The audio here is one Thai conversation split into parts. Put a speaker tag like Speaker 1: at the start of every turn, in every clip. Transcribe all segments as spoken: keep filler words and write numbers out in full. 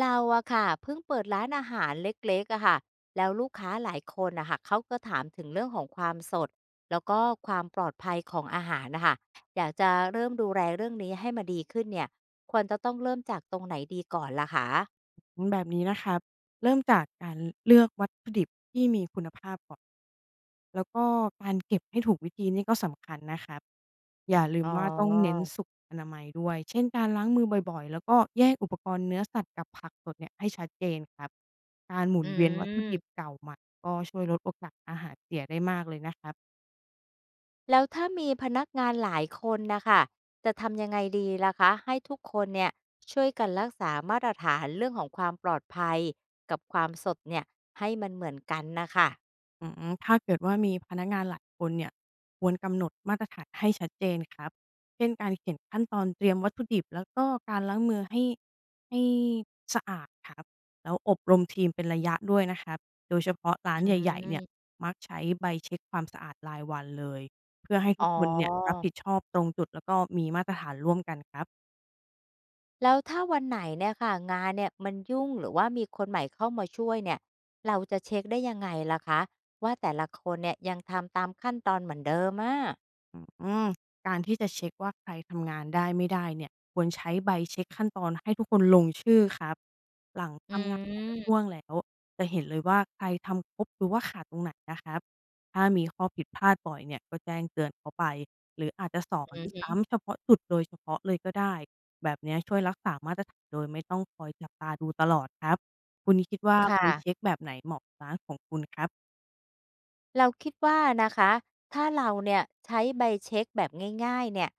Speaker 1: เราอะค่ะเพิ่งเปิดร้านอาหารเล็กๆอะค่ะแล้วลูกค้าหลายคนอะค่ะเขาก็ถามถึงเรื่องของความสดแล้วก็ความปลอดภัยของอาหารนะคะอยากจะเริ่มดูแลเรื่องนี้ให้มันดีขึ้นเนี่ยควรจะต้องเริ่มจากตรงไหนดีก่อนล่ะคะ
Speaker 2: แบบนี้นะครับเริ่มจากการเลือกวัตถุดิบที่มีคุณภาพก่อน แล้วก็การเก็บให้ถูกวิธีนี่ก็สำคัญนะครับอย่าลื
Speaker 1: อ๋อ
Speaker 2: มไม้ด้วย เช่นการล้างมือบ่อยๆ แล้วก็แยกอุปกรณ์เนื้อสัตว์กับผักสดเนี่ยให้ชัดเจนครับ การหมุ
Speaker 1: อื
Speaker 2: นเวียนวัตถุดิบ
Speaker 1: ม
Speaker 2: เก่าใหม่ก็ช่วยลดโอกาสอาหารเสียได้มากเลยนะครับ
Speaker 1: แล้วถ้ามีพนักงานหลายคนนะคะจะทำยังไงดีล่ะคะให้ทุกคนเนี่ยช่วยกันรักษามาตรฐานเรื่องของความปลอดภัยกับความสดเนี่ยให้มันเหมือนกันนะคะ
Speaker 2: อืมถ้าเกิดว่ามีพนักงานหลายคนเนี่ยควรกำหนดมาตรฐานให้ชัดเจนครับเช่นการเขียนขั้นตอนเตรียมวัตถุดิบแล้วก็การล้างมือให้ให้สะอาดครับแล้วอบรมทีมเป็นระยะด้วยนะครับโดยเฉพาะร้า
Speaker 1: อื
Speaker 2: นใหญ่ๆเนี่ย
Speaker 1: ม
Speaker 2: มักใช้ใบเช็กความสะอาดรายวันเลยเพื่อให้
Speaker 1: อ๋
Speaker 2: ทุ
Speaker 1: อ
Speaker 2: กคนเนี่ยรับผิดชอบตรงจุดแล้วก็มีมาตรฐานร่วมกันครับ
Speaker 1: แล้วถ้าวันไหนเนี่ยค่ะงานเนี่ยมันยุ่งหรือว่ามีคนใหม่เข้ามาช่วยเนี่ยเราจะเช็คได้ยังไงล่ะคะว่าแต่ละคนเนี่ยยังทำตามขั้นตอนเหมือนเดิมอ่ะ
Speaker 2: อืมการที่จะเช็กว่าใครทำงานได้ไม่ได้เนี่ยควรใช้ใบเช็กขั้นตอนให้ทุกคนลงชื่อครับหลัง
Speaker 1: อื
Speaker 2: ทำงานแต่ละช่ว
Speaker 1: ม
Speaker 2: งแล้วจะเห็นเลยว่าใครทำครบหรือว่าขาดตรงไหนนะครับถ้ามีข้อผิดพลาดบ่อยเนี่ยก็แจ้งเตือนเขาไปหรืออาจจะสอน
Speaker 1: อืม
Speaker 2: ซ้ำเฉพาะจุดโดยเฉพาะเลยก็ได้แบบเนี้ยช่วยรักษามาตรฐานโดยไม่ต้องคอยจับตาดูตลอดครับคุณคิดว่าใบ
Speaker 1: ค่ะ
Speaker 2: เช็กแบบไหนเหมาะกับร้านของคุณครับ
Speaker 1: เราคิดว่านะคะถ้าเราเนี่ยใช้ใบเช็คแบบง่ายๆเนี่ย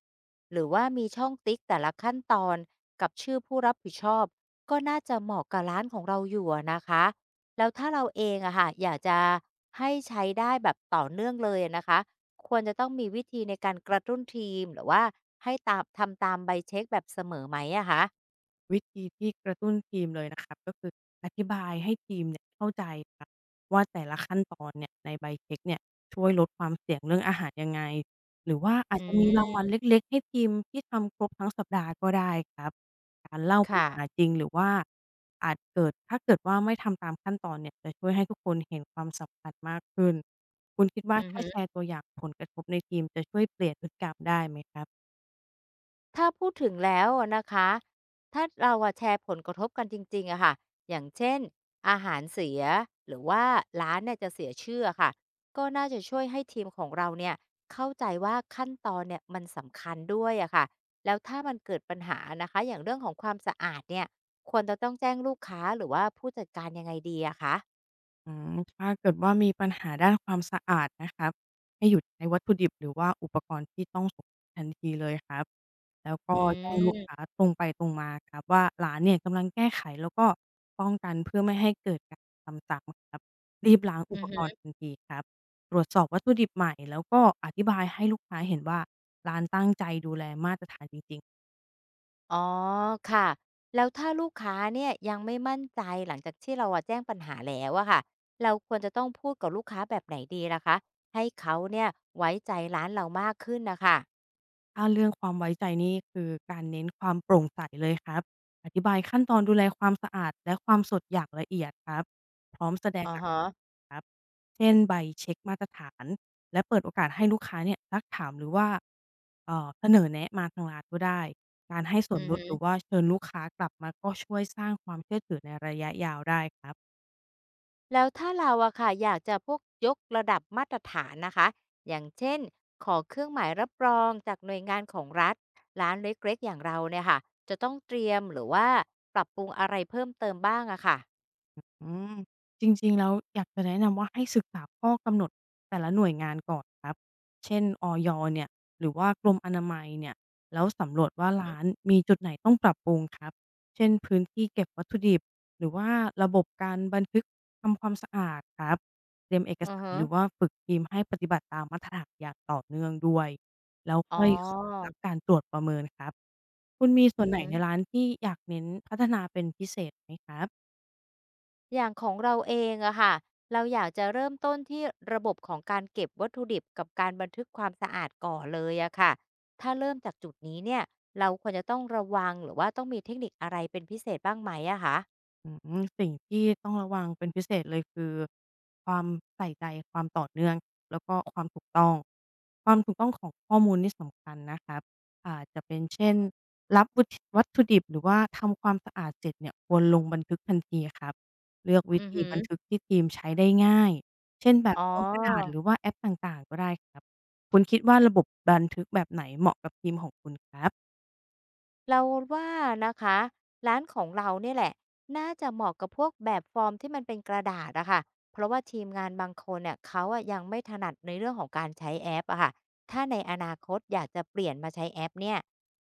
Speaker 1: หรือว่ามีช่องติ๊กแต่ละขั้นตอนกับชื่อผู้รับผิดชอบก็น่าจะเหมาะกับร้านของเราอยู่อะนะคะแล้วถ้าเราเองอะค่ะอยากจะให้ใช้ได้แบบต่อเนื่องเลยอะนะคะควรจะต้องมีวิธีในการกระตุ้นทีมหรือว่าให้ตามทำตามใบเช็คแบบเสมอไหมอะคะ
Speaker 2: วิธีที่กระตุ้นทีมเลยนะครับก็คืออธิบายให้ทีมเนี่ยเข้าใจครับว่าแต่ละขั้นตอนเนี่ยในใบเช็คเนี่ยช่วยลดความเสี่ยงเรื่องอาหารยังไงหรือว่าอา
Speaker 1: อื
Speaker 2: จจะมีรางวัล
Speaker 1: ม
Speaker 2: เล็กๆให้ทีมที่ทำครบทั้งสัปดาห์ก็ได้ครับการเล่าปัญ
Speaker 1: ค่ะ
Speaker 2: หาจริงหรือว่าอาจเกิดถ้าเกิดว่าไม่ทำตามขั้นตอนเนี่ยจะช่วยให้ทุกคนเห็นความสำคัญมากขึ้นคุณคิด
Speaker 1: อื
Speaker 2: ว่า
Speaker 1: อ
Speaker 2: ถ้า
Speaker 1: ฮึ
Speaker 2: แชร์ตัวอย่างผลกระทบในทีมจะช่วยเปลี่ยนพฤติกรรมได้ไหมครับ
Speaker 1: ถ้าพูดถึงแล้วอะนะคะ ถ้าเราอะแชร์ผลกระทบกันจริงๆอะค่ะอย่างเช่นอาหารเสียหรือว่าร้านเนี่ยจะเสียชื่ออะค่ะ ก็น่าจะช่วยให้ทีมของเราเนี่ยเข้าใจว่าขั้นตอนเนี่ยมันสำคัญด้วยอะค่ะแล้วถ้ามันเกิดปัญหานะคะ อย่างเรื่องของความสะอาดเนี่ย ควรจะต้องแจ้งลูกค้าหรือว่าผู้จัดการยังไงดีอะคะ
Speaker 2: อืมถ้าเกิดว่ามีปัญหาด้านความสะอาดนะครับให้หยุดใช้วัตถุดิบหรือว่าอุปกรณ์ที่ต้องสงสัยทันทีเลยครับแล้วก็
Speaker 1: อื
Speaker 2: แจ้งลูกค้า
Speaker 1: ม
Speaker 2: ตรงไปตรงมาครับว่าร้านเนี่ยกำลังแก้ไขแล้วก็ป้องกันเพื่อไม่ให้เกิดการทำซ้ำครับรีบล้าง
Speaker 1: อื
Speaker 2: อุปกร
Speaker 1: อ
Speaker 2: ณ์ทันทีครับตรวจสอบวัตถุดิบใหม่แล้วก็อธิบายให้ลูกค้าเห็นว่าร้านตั้งใจดูแลมาตรฐานจริงๆ
Speaker 1: อ๋อค่ะแล้วถ้าลูกค้าเนี่ยยังไม่มั่นใจหลังจากที่เราอะแจ้งปัญหาแล้วอะค่ะเราควรจะต้องพูดกับลูกค้าแบบไหนดีล่ะคะให้เขาเนี่ยไว้ใจร้านเรามากขึ้นนะคะ
Speaker 2: ถ้าเรื่องความไว้ใจนี่คือการเน้นความโปร่งใสเลยครับอธิบายขั้นตอนดูแลความสะอาดและความสดอย่างละเอียดครับพร้อมแสด
Speaker 1: อ๋
Speaker 2: ง
Speaker 1: อ
Speaker 2: หลัก
Speaker 1: ฮะ
Speaker 2: ฐานครับเช่นใบเช็คมาตรฐานและเปิดโอกาสให้ลูกค้าเนี่ยซักถามหรือว่าเอ่อเสนอแนะมาทางร้านก็ได้การให้ส่
Speaker 1: อื
Speaker 2: วน
Speaker 1: อ
Speaker 2: ลด
Speaker 1: ฮึ
Speaker 2: หรือว่าเชิญลูกค้ากลับมาก็ช่วยสร้างความเชื่อถือในระยะยาวได้ครับ
Speaker 1: แล้วถ้าเราอะค่ะอยากจะพวกยกระดับมาตรฐานนะคะอย่างเช่นขอเครื่องหมายรับรองจากหน่วยงานของรัฐร้านเล็กๆอย่างเราเนี่ยค่ะจะต้องเตรียมหรือว่าปรับปรุงอะไรเพิ่มเติมบ้างอะค่ะ
Speaker 2: อืมจริงๆแล้วอยากจะแนะนำว่าให้ศึกษาข้อกำหนดแต่ละหน่วยงานก่อนครับเช่นอยเนี่ยหรือว่ากรมอนามัยเนี่ยแล้วสำรวจว่าร้านมีจุดไหนต้องปรับปรุงครับเช่นพื้นที่เก็บวัตถุดิบหรือว่าระบบการบันทึกทำความสะอาดครับเตรียมเอก
Speaker 1: อือ
Speaker 2: สาร
Speaker 1: ฮึ
Speaker 2: หรือว่าฝึกทีมให้ปฏิบัติตามมาตรฐานอย่างต่อเนื่องด้วยแล้ว
Speaker 1: อ๋อ
Speaker 2: ค่อยขอรับการตรวจประเมินครับคุณมีส่
Speaker 1: อื
Speaker 2: ว
Speaker 1: อ
Speaker 2: นไหน
Speaker 1: ฮึ
Speaker 2: ในร้านที่อยากเน้นพัฒนาเป็นพิเศษไหมครับ
Speaker 1: อย่างของเราเองอะค่ะเราอยากจะเริ่มต้นที่ระบบของการเก็บวัตถุดิบกับการบันทึกความสะอาดก่อนเลยอะค่ะถ้าเริ่มจากจุดนี้เนี่ยเราควรจะต้องระวังหรือว่าต้องมีเทคนิคอะไรเป็นพิเศษบ้างไหมอะคะ
Speaker 2: อืมสิ่งที่ต้องระวังเป็นพิเศษเลยคือความใส่ใจความต่อเนื่องแล้วก็ความถูกต้องความถูกต้องของข้อมูลนี่สำคัญนะครับอาจจะเป็นเช่นรับวุฒิวัตถุดิบหรือว่าทำความสะอาดเสร็จเนี่ยควรลงบันทึกทันทีครับเลือกวิ
Speaker 1: อือ
Speaker 2: ธี
Speaker 1: หือ
Speaker 2: บันทึกที่ทีมใช้ได้ง่ายเช่นแบบ
Speaker 1: อ๋
Speaker 2: ฟอร์มกระดาษ
Speaker 1: อ
Speaker 2: หรือว่าแอปต่างๆก็ได้ครับคุณคิดว่าระบบบันทึกแบบไหนเหมาะกับทีมของคุณครับ
Speaker 1: เราว่านะคะร้านของเราเนี่ยแหละน่าจะเหมาะกับพวกแบบฟอร์มที่มันเป็นกระดาษอะค่ะเพราะว่าทีมงานบางคนเนี่ยเขาอะยังไม่ถนัดในเรื่องของการใช้แอปอะค่ะถ้าในอนาคตอยากจะเปลี่ยนมาใช้แอปเนี่ย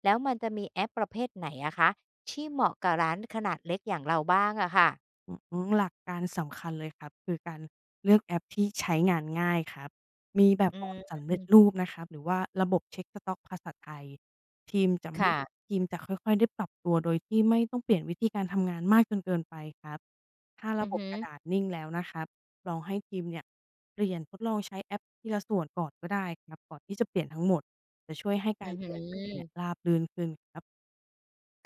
Speaker 1: แล้วมันจะมีแอปประเภทไหนอะคะที่เหมาะกับร้านขนาดเล็กอย่างเราบ้างอะค่ะ
Speaker 2: อืมหลักการสำคัญเลยครับคือการเลือกแอปที่ใช้งานง่ายครับมีแบบ
Speaker 1: อื
Speaker 2: ฟอร์ม
Speaker 1: ม
Speaker 2: สำเร็จรูปนะครับหรือว่าระบบเช็กสต๊อกภาษาไทยทีมจะไม่
Speaker 1: ค่ะ
Speaker 2: ทีมจะค่อยๆได้ปรับตัวโดยที่ไม่ต้องเปลี่ยนวิธีการทำงานมากจนเกินไปครับถ้า
Speaker 1: อื
Speaker 2: ระ
Speaker 1: อ
Speaker 2: บบ
Speaker 1: หื
Speaker 2: ก
Speaker 1: อ
Speaker 2: ระดาษนิ่งแล้วนะครับลองให้ทีมเนี่ยเปลี่ยนทดลองใช้แอปทีละส่วนก่อนก็ได้ครับก่อนที่จะเปลี่ยนทั้งหมดจะช่วยให้กา
Speaker 1: อื
Speaker 2: ร
Speaker 1: อ
Speaker 2: เป
Speaker 1: หือ
Speaker 2: ลี่ยนผ่านเนี่ยราบรื่นขึ้นครับ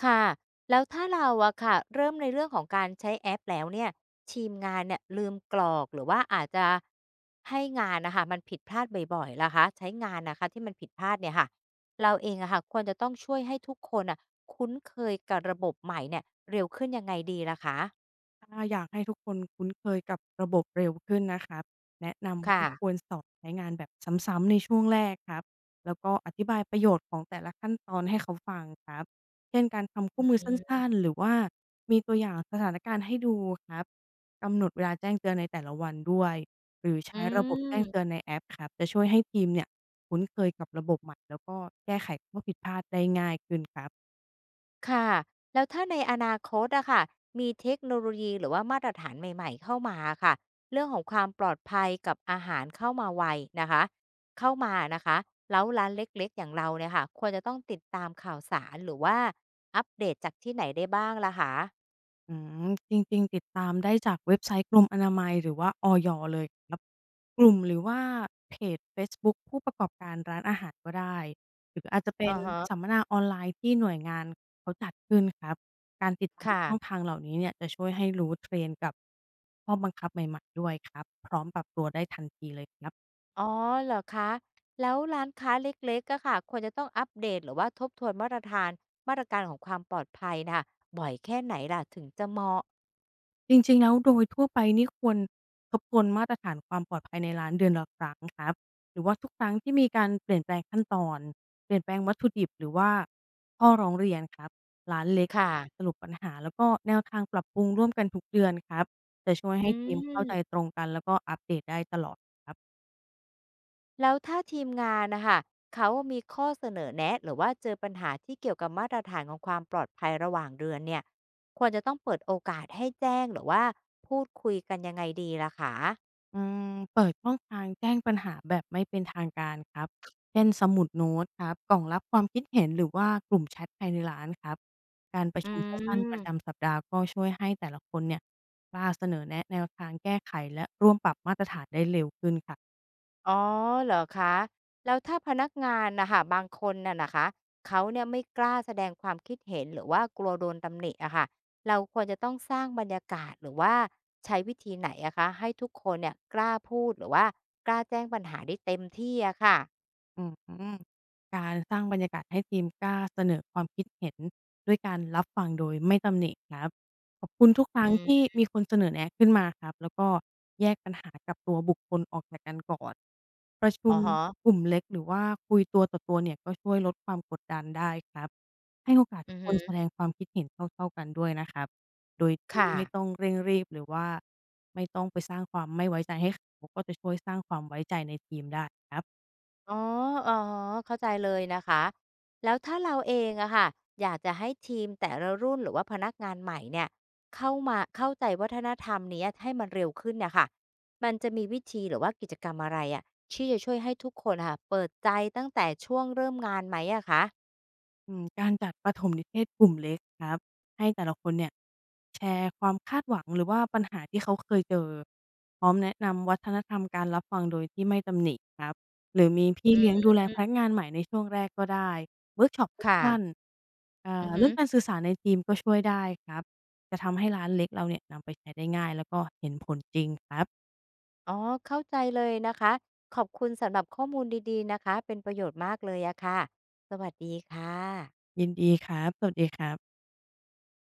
Speaker 1: ค่ะแล้วถ้าเราอะค่ะเริ่มในเรื่องของการใช้แอปแล้วเนี่ยทีมงานเนี่ยลืมกรอกหรือว่าอาจจะให้งานนะค่ะมันผิดพลาดบ่อยๆล่ะคะใช้งานนะคะที่มันผิดพลาดเนี่ยค่ะเราเองอะค่ะควรจะต้องช่วยให้ทุกคนอะคุ้นเคยกับระบบใหม่เนี่ยเร็วขึ้นยังไงดีล่ะคะ
Speaker 2: ถ้าอยากให้ทุกคนคุ้นเคยกับระบบเร็วขึ้นนะครับแนะนำ
Speaker 1: ค่ะ
Speaker 2: ว่าควรสอนใช้งานแบบซ้ำๆในช่วงแรกครับแล้วก็อธิบายประโยชน์ของแต่ละขั้นตอนให้เขาฟังครับเช่นการทำคู่มือสั้นๆหรือว่ามีตัวอย่างสถานการณ์ให้ดูครับกำหนดเวลาแจ้งเตือนในแต่ละวันด้วยหรือ
Speaker 1: อื
Speaker 2: ใช้อืระมบบแจ้
Speaker 1: ม
Speaker 2: งเตือนในแอปครับจะช่วยให้ทีมเนี่ยคุ้นเคยกับระบบใหม่แล้วก็แก้ไขข้อผิดพลาดได้ง่ายขึ้นครับ
Speaker 1: ค่ะแล้วถ้าในอนาคตอะค่ะมีเทคโนโลยีหรือว่ามาตรฐานใหม่ๆเข้ามาค่ะเรื่องของความปลอดภัยกับอาหารเข้ามาไวนะคะเข้ามานะคะแล้วร้านเล็กๆอย่างเราเนี่ยค่ะควรจะต้องติดตามข่าวสารหรือว่าอัปเดตจากที่ไหนได้บ้างล่ะคะ
Speaker 2: อืมจริงๆติดตามได้จากเว็บไซต์กรมอนามัยหรือว่าอยเลยครับกลุ่มหรือว่าเพจเฟซบุ๊กผู้ประกอบการร้านอาหารก็ได้หรืออาจจะ
Speaker 1: อ
Speaker 2: เป็
Speaker 1: อ
Speaker 2: นสัม
Speaker 1: ฮะ
Speaker 2: มนาออนไลน์ที่หน่วยงานเขาจัดขึ้นครับการติดตามช่อง
Speaker 1: ค่ะ
Speaker 2: ทางเหล่านี้เนี่ยจะช่วยให้รู้ เทรนด์ กับข้อบังคับใหม่ๆด้วยครับพร้อมปรับตัวได้ทันทีเลยครับ
Speaker 1: อ๋อเหรอคะแล้วร้านค้าเล็กๆก็ค่ะควรจะต้องอัปเดตหรือว่าทบทวนมาตรฐานมาตรการของความปลอดภัยนะค่ะบ่อยแค่ไหนล่ะถึงจะเหมาะ
Speaker 2: จริงๆแล้วโดยทั่วไปนี่ควรทบทวนมาตรฐานความปลอดภัยในร้านเดือนละครั้งครับหรือว่าทุกครั้งที่มีการเปลี่ยนแปลงขั้นตอนเปลี่ยนแปลงวัตถุดิบหรือว่าข้อร้องเรียนครับร้านเล็กเนี่ย
Speaker 1: ค่ะ
Speaker 2: สรุปปัญหาแล้วก็แนวทางปรับปรุงร่วมกันทุกเดือนครับจะช่วย
Speaker 1: อื
Speaker 2: ให้ทีมเข้าใจ
Speaker 1: ม
Speaker 2: ตรงกันแล้วก็อัปเดตได้ตลอดครับ
Speaker 1: แล้วถ้าทีมงานนะคะเขามีข้อเสนอแนะหรือว่าเจอปัญหาที่เกี่ยวกับมาตรฐานของความปลอดภัยระหว่างเดือนเนี่ยควรจะต้องเปิดโอกาสให้แจ้งหรือว่าพูดคุยกันยังไงดีล่ะคะ
Speaker 2: อืมเปิดช่องทางแจ้งปัญหาแบบไม่เป็นทางการครับเช่นสมุดโน้ตครับกล่องรับความคิดเห็นหรือว่ากลุ่มแชทภายในร้านครับการประ
Speaker 1: อื
Speaker 2: ชุมสั้นๆป
Speaker 1: ม
Speaker 2: ระจำสัปดาห์ก็ช่วยให้แต่ละคนเนี่ยกล้าเสนอแนะแนวทางแก้ไขและร่วมปรับมาตรฐานได้เร็วขึ้นครับ
Speaker 1: อ๋อเหรอคะแล้วถ้าพนักงานนะคะบางคนน่ะนะคะเขาเนี่ยไม่กล้าแสดงความคิดเห็นหรือว่ากลัวโดนตำหนิอะค่ะเราควรจะต้องสร้างบรรยากาศหรือว่าใช้วิธีไหนอะคะให้ทุกคนเนี่ยกล้าพูดหรือว่ากล้าแจ้งปัญหาได้เต็มที่อะค่ะ
Speaker 2: อืมการสร้างบรรยากาศให้ทีมกล้าเสนอความคิดเห็นด้วยการรับฟังโดยไม่ตำหนิครับขอบคุณทุกครั้
Speaker 1: อื
Speaker 2: งที่
Speaker 1: ม
Speaker 2: มีคนเสนอแนะขึ้นมาครับแล้วก็แยกปัญหากับตัวบุคคลออกจากกันก่อนประชุ
Speaker 1: ออ
Speaker 2: ม
Speaker 1: ฮะ
Speaker 2: กลุ่มเล็กหรือว่าคุยตัวต่อตัวเนี่ยก็ช่วยลดความกดดันได้ครับให้โอกาส
Speaker 1: อื
Speaker 2: ทุ
Speaker 1: อ
Speaker 2: กค
Speaker 1: ฮึ
Speaker 2: นแสดงความคิดเห็นเท่าๆกันด้วยนะครับโดยที่
Speaker 1: ค่ะ
Speaker 2: ไม่ต้องเร่งรีบหรือว่าไม่ต้องไปสร้างความไม่ไว้ใจให้เขาก็จะช่วยสร้างความไว้ใจในทีมได้ครับ
Speaker 1: อ๋ออะฮะเข้าใจเลยนะคะแล้วถ้าเราเองอะค่ะอยากจะให้ทีมแต่ละรุ่นหรือว่าพนักงานใหม่เนี่ยเข้ามาเข้าใจวัฒนธรรมเนี้ยให้มันเร็วขึ้นน่ะค่ะมันจะมีวิธีหรือว่ากิจกรรมอะไรอะที่จะช่วยให้ทุกคนอะค่ะเปิดใจตั้งแต่ช่วงเริ่มงานไหมอะคะ
Speaker 2: อืมการจัดประถมนิเทศกลุ่มเล็กครับให้แต่ละคนเนี่ยแชร์ความคาดหวังหรือว่าปัญหาที่เขาเคยเจอพร้อมแนะนำวัฒนธรรมการรับฟังโดยที่ไม่ตำหนิครับหรือมีพี่
Speaker 1: อื
Speaker 2: เลี้ยงดู
Speaker 1: ม
Speaker 2: แลพนักงานใหม่ในช่วงแรกก็ได้เวิร์กช็อป
Speaker 1: ค่ะ
Speaker 2: สั้นๆเอ่
Speaker 1: อื
Speaker 2: อ
Speaker 1: อฮึ
Speaker 2: เรื่องการสื่อสารในทีมก็ช่วยได้ครับจะทำให้ร้านเล็กเราเนี่ยนำไปใช้ได้ง่ายแล้วก็เห็นผลจริงครับ
Speaker 1: อ๋อเข้าใจเลยนะคะขอบคุณสำหรับข้อมูลดีๆนะคะเป็นประโยชน์มากเลยอะค่ะสวัสดีค่ะ
Speaker 2: ยินดีครับสวัสดีครับ